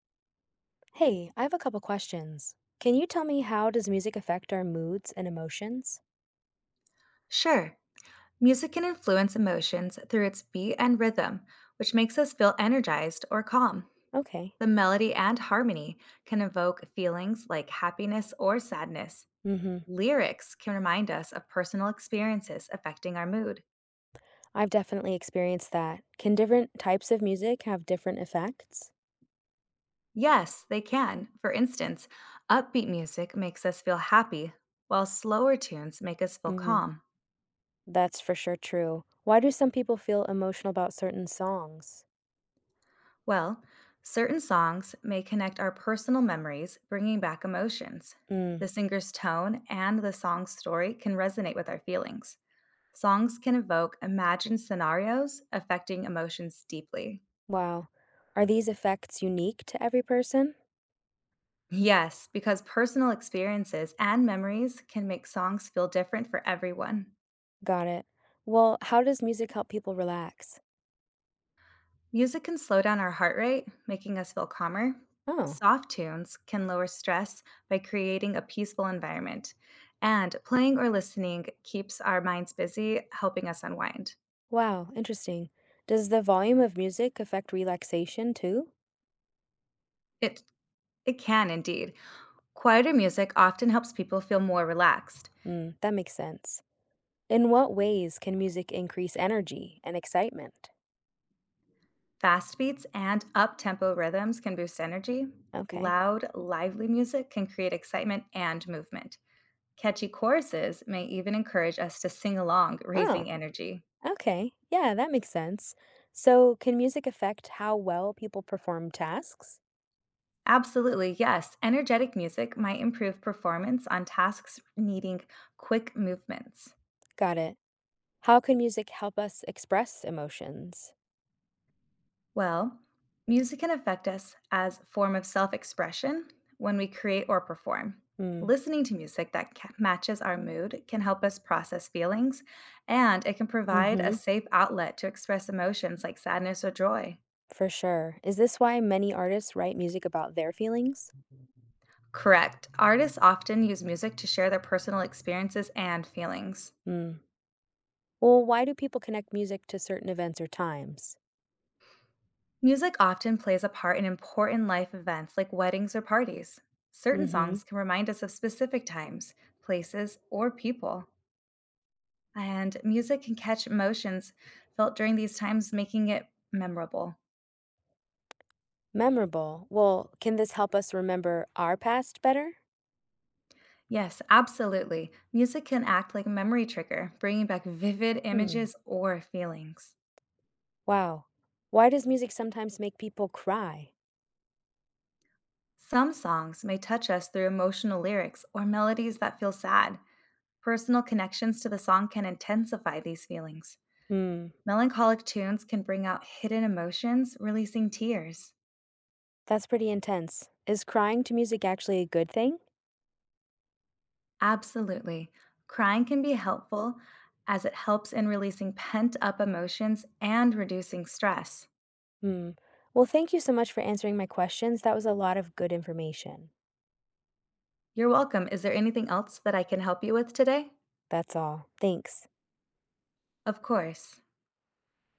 Hey, I have a couple questions. Can you tell me how does music affect our moods and emotions? Sure, music can influence emotions through its beat and rhythm, which makes us feel energized or calm. Okay. The melody and harmony can evoke feelings like happiness or sadness. Mm-hmm. Lyrics can remind us of personal experiences affecting our mood. I've definitely experienced that. Can different types of music have different effects? Yes, they can. For instance, upbeat music makes us feel happy, while slower tunes make us feel Mm-hmm. calm. That's for sure true. Why do some people feel emotional about certain songs? Well, certain songs may connect our personal memories, bringing back emotions. Mm. The singer's tone and the song's story can resonate with our feelings. Songs can evoke imagined scenarios affecting emotions deeply. Wow. Are these effects unique to every person? Yes, because personal experiences and memories can make songs feel different for everyone. Got it. Well, how does music help people relax? Music can slow down our heart rate, making us feel calmer. Oh, Soft tunes can lower stress by creating a peaceful environment. And playing or listening keeps our minds busy, helping us unwind. wow, interesting. Does the volume of music affect relaxation too? It it can indeed. Quieter music often helps people feel more relaxed. Mm, that makes sense. In what ways can music increase energy and excitement? Fast beats and up-tempo rhythms can boost energy. Okay. Loud, lively music can create excitement and movement. Catchy choruses may even encourage us to sing along, Oh, raising energy. okay. Yeah, that makes sense. So, can music affect how well people perform tasks? Absolutely, yes. Energetic music might improve performance on tasks needing quick movements. Got it. How can music help us express emotions? Well, music can affect us as a form of self-expression when we create or perform. Hmm. Listening to music that matches our mood can help us process feelings, and it can provide a Mm-hmm. safe outlet to express emotions like sadness or joy. For sure. Is this why many artists write music about their feelings? Correct. Artists often use music to share their personal experiences and feelings. Hmm. Well, why do people connect music to certain events or times? Music often plays a part in important life events like weddings or parties. Certain Mm-hmm. songs can remind us of specific times, places, or people. And music can catch emotions felt during these times, making it memorable. Memorable. Well, can this help us remember our past better? Yes, absolutely. Music can act like a memory trigger, bringing back vivid Hmm. images or feelings. Wow. Why does music sometimes make people cry? Some songs may touch us through emotional lyrics or melodies that feel sad. Personal connections to the song can intensify these feelings. Hmm, Melancholic tunes can bring out hidden emotions, releasing tears. that's pretty intense. Is crying to music actually a good thing? Absolutely. Crying can be helpful as it helps in releasing pent up emotions and reducing stress. Hmm. Well, thank you so much for answering my questions. That was a lot of good information. You're welcome. Is there anything else that I can help you with today? That's all. Thanks. Of course.